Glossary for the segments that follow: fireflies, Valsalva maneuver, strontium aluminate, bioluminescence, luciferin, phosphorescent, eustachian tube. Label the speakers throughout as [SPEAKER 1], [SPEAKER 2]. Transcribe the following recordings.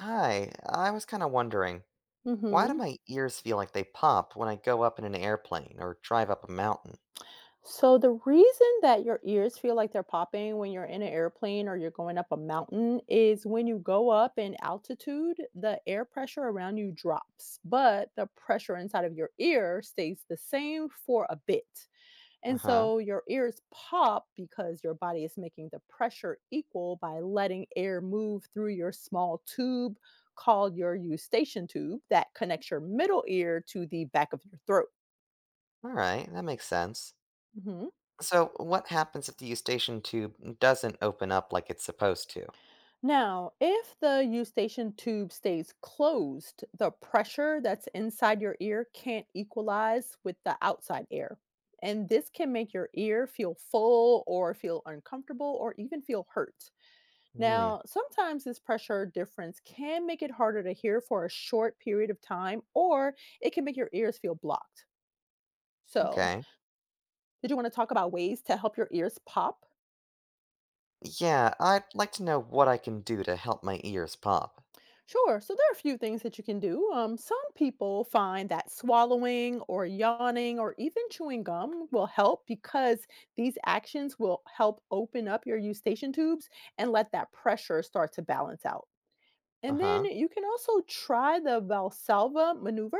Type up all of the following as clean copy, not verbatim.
[SPEAKER 1] Hi, I was kind of wondering, why do
[SPEAKER 2] Hmm.
[SPEAKER 1] my ears feel like they pop when I go up in an airplane or drive up a mountain?
[SPEAKER 2] So the reason that your ears feel like they're popping when you're in an airplane or you're going up a mountain is when you go up in altitude, the air pressure around you drops, but the pressure inside of your ear stays the same for a bit.
[SPEAKER 1] Uh
[SPEAKER 2] And
[SPEAKER 1] huh.
[SPEAKER 2] so your ears pop because your body is making the pressure equal by letting air move through your small tube called your eustachian tube that connects your middle ear to the back of your throat.
[SPEAKER 1] All right, that makes sense.
[SPEAKER 2] Mhm.
[SPEAKER 1] So, what happens if the eustachian tube doesn't open up like it's supposed to?
[SPEAKER 2] Now, if the eustachian tube stays closed, the pressure that's inside your ear can't equalize with the outside air. And this can make your ear feel full or feel uncomfortable or even feel hurt.
[SPEAKER 1] Hmm,
[SPEAKER 2] Now, sometimes this pressure difference can make it harder to hear for a short period of time, or it can make your ears feel blocked. So,
[SPEAKER 1] okay.
[SPEAKER 2] did you want to talk about ways to help your ears pop?
[SPEAKER 1] Yeah, I'd like to know what I can do to help my ears pop.
[SPEAKER 2] Sure. So there are a few things that you can do. Some people find that swallowing or yawning or even chewing gum will help because these actions will help open up your eustachian tubes and let that pressure start to balance out.
[SPEAKER 1] Uh
[SPEAKER 2] And then
[SPEAKER 1] huh.
[SPEAKER 2] you can also try the Valsalva maneuver.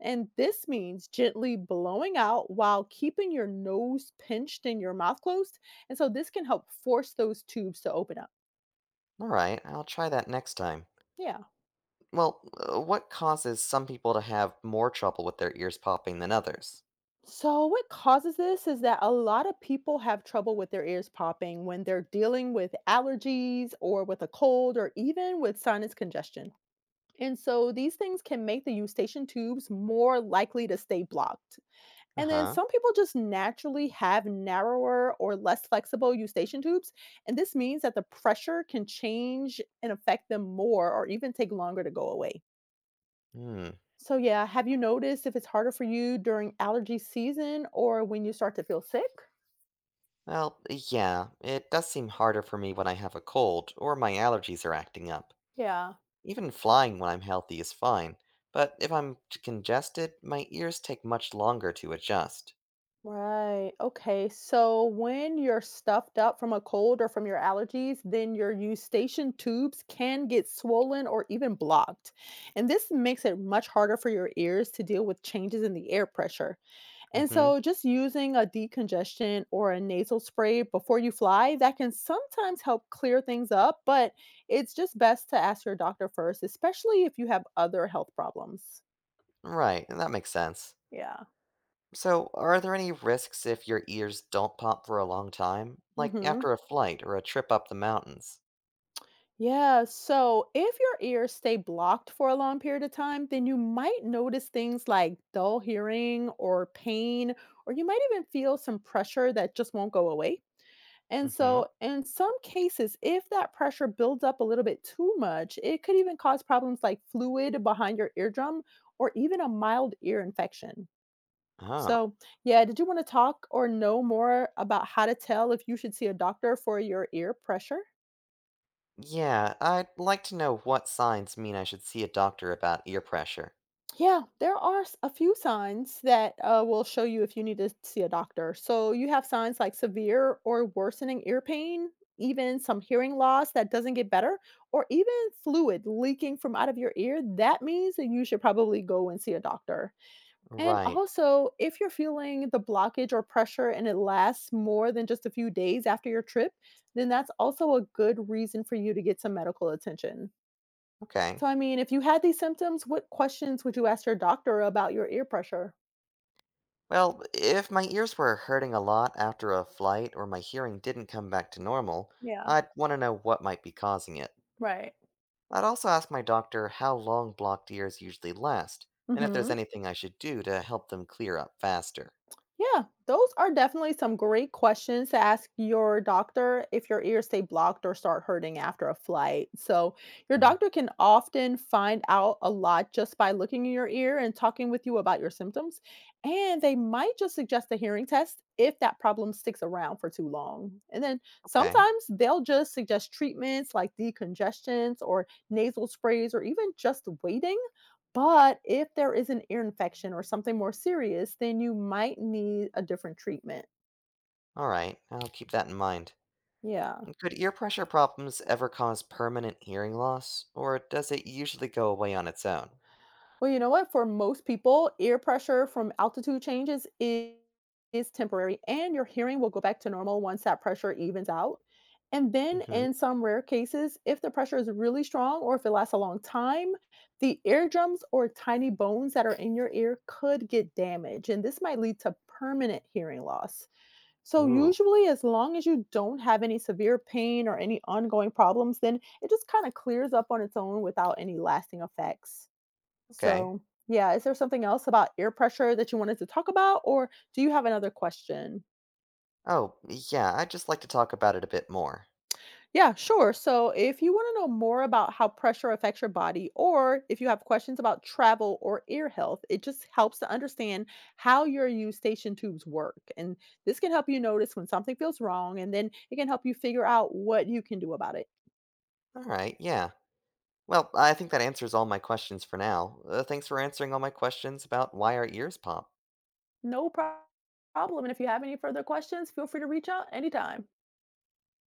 [SPEAKER 2] And this means gently blowing out while keeping your nose pinched and your mouth closed. And so this can help force those tubes to open up.
[SPEAKER 1] All right, I'll try that next time.
[SPEAKER 2] Yeah.
[SPEAKER 1] Well, what causes some people to have more trouble with their ears popping than others?
[SPEAKER 2] So, what causes this is that a lot of people have trouble with their ears popping when they're dealing with allergies or with a cold or even with sinus congestion. And so, these things can make the eustachian tubes more likely to stay blocked.
[SPEAKER 1] Uh
[SPEAKER 2] And then,
[SPEAKER 1] huh.
[SPEAKER 2] some people just naturally have narrower or less flexible eustachian tubes. And this means that the pressure can change and affect them more or even take longer to go away.
[SPEAKER 1] Hmm.
[SPEAKER 2] So, yeah, have you noticed if it's harder for you during allergy season or when you start to feel sick?
[SPEAKER 1] Well, yeah, it does seem harder for me when I have a cold or my allergies are acting up.
[SPEAKER 2] Yeah,
[SPEAKER 1] Even flying when I'm healthy is fine, but if congested, my ears take much longer to adjust.
[SPEAKER 2] right. Okay. So, when you're stuffed up from a cold or from your allergies, then your eustachian tubes can get swollen or even blocked. And this makes it much harder for your ears to deal with changes in the air pressure. And
[SPEAKER 1] Hmm.
[SPEAKER 2] so, just using a decongestion or a nasal spray before you fly, that can sometimes help clear things up, but it's just best to ask your doctor first, especially if you have other health problems.
[SPEAKER 1] Right, and that makes sense.
[SPEAKER 2] Yeah.
[SPEAKER 1] So, are there any risks if your ears don't pop for a long time, like
[SPEAKER 2] Hmm.
[SPEAKER 1] after a flight or a trip up the mountains?
[SPEAKER 2] Yeah. So, if your ears stay blocked for a long period of time, then you might notice things like dull hearing or pain, or you might even feel some pressure that just won't go away. And
[SPEAKER 1] Hmm.
[SPEAKER 2] so, in some cases, if that pressure builds up a little bit too much, it could even cause problems like fluid behind your eardrum or even a mild ear infection.
[SPEAKER 1] Oh,
[SPEAKER 2] So, yeah, did you want to talk or know more about how to tell if you should see a doctor for your ear pressure?
[SPEAKER 1] yeah, I'd like to know what signs mean I should see a doctor about ear pressure.
[SPEAKER 2] Yeah, there are a few signs that will show you if you need to see a doctor. So you have signs like severe or worsening ear pain, even some hearing loss that doesn't get better, or even fluid leaking from out of your ear. That means that you should probably go and see a doctor. And
[SPEAKER 1] Right,
[SPEAKER 2] also, if you're feeling the blockage or pressure and it lasts more than just a few days after your trip, then that's also a good reason for you to get some medical attention.
[SPEAKER 1] okay.
[SPEAKER 2] So, I mean, if you had these symptoms, what questions would you ask your doctor about your ear pressure?
[SPEAKER 1] Well, if my ears were hurting a lot after a flight or my hearing didn't come back to normal,
[SPEAKER 2] Yeah,
[SPEAKER 1] I'd want to know what might be causing it.
[SPEAKER 2] right.
[SPEAKER 1] I'd also ask my doctor how long blocked ears usually last, and if there's
[SPEAKER 2] Mhm.
[SPEAKER 1] anything I should do to help them clear up faster.
[SPEAKER 2] Yeah, those are definitely some great questions to ask your doctor if your ears stay blocked or start hurting after a flight. So, your
[SPEAKER 1] Mm.
[SPEAKER 2] doctor can often find out a lot just by looking in your ear and talking with you about your symptoms. And they might just suggest a hearing test if that problem sticks around for too long. And then
[SPEAKER 1] Okay,
[SPEAKER 2] sometimes they'll just suggest treatments like decongestants or nasal sprays or even just waiting, but if there is an ear infection or something more serious, then you might need a different treatment.
[SPEAKER 1] alright, I'll keep that in mind.
[SPEAKER 2] Yeah.
[SPEAKER 1] And could ear pressure problems ever cause permanent hearing loss, or does it usually go away on its own?
[SPEAKER 2] Well, you know what? For most people, ear pressure from altitude changes is temporary, and your hearing will go back to normal once that pressure evens out. And then,
[SPEAKER 1] Hmm.
[SPEAKER 2] in some rare cases, if the pressure is really strong or if it lasts a long time, the eardrums or tiny bones that are in your ear could get damaged, and this might lead to permanent hearing loss. So,
[SPEAKER 1] Ooh,
[SPEAKER 2] usually, as long as you don't have any severe pain or any ongoing problems, then it just kind of clears up on its own without any lasting effects.
[SPEAKER 1] okay.
[SPEAKER 2] So, yeah, is there something else about ear pressure that you wanted to talk about, or do you have another question?
[SPEAKER 1] Oh, yeah, I'd just like to talk about it a bit more.
[SPEAKER 2] Yeah, sure. So, if you want to know more about how pressure affects your body, or if you have questions about travel or ear health, it just helps to understand how your eustachian tubes work. And this can help you notice when something feels wrong, and then it can help you figure out what you can do about it.
[SPEAKER 1] Alright, yeah. Well, I think that answers all my questions for now. Thanks for answering all my questions about why our ears pop.
[SPEAKER 2] No pro- problem. And if you have any further questions, feel free to reach out anytime.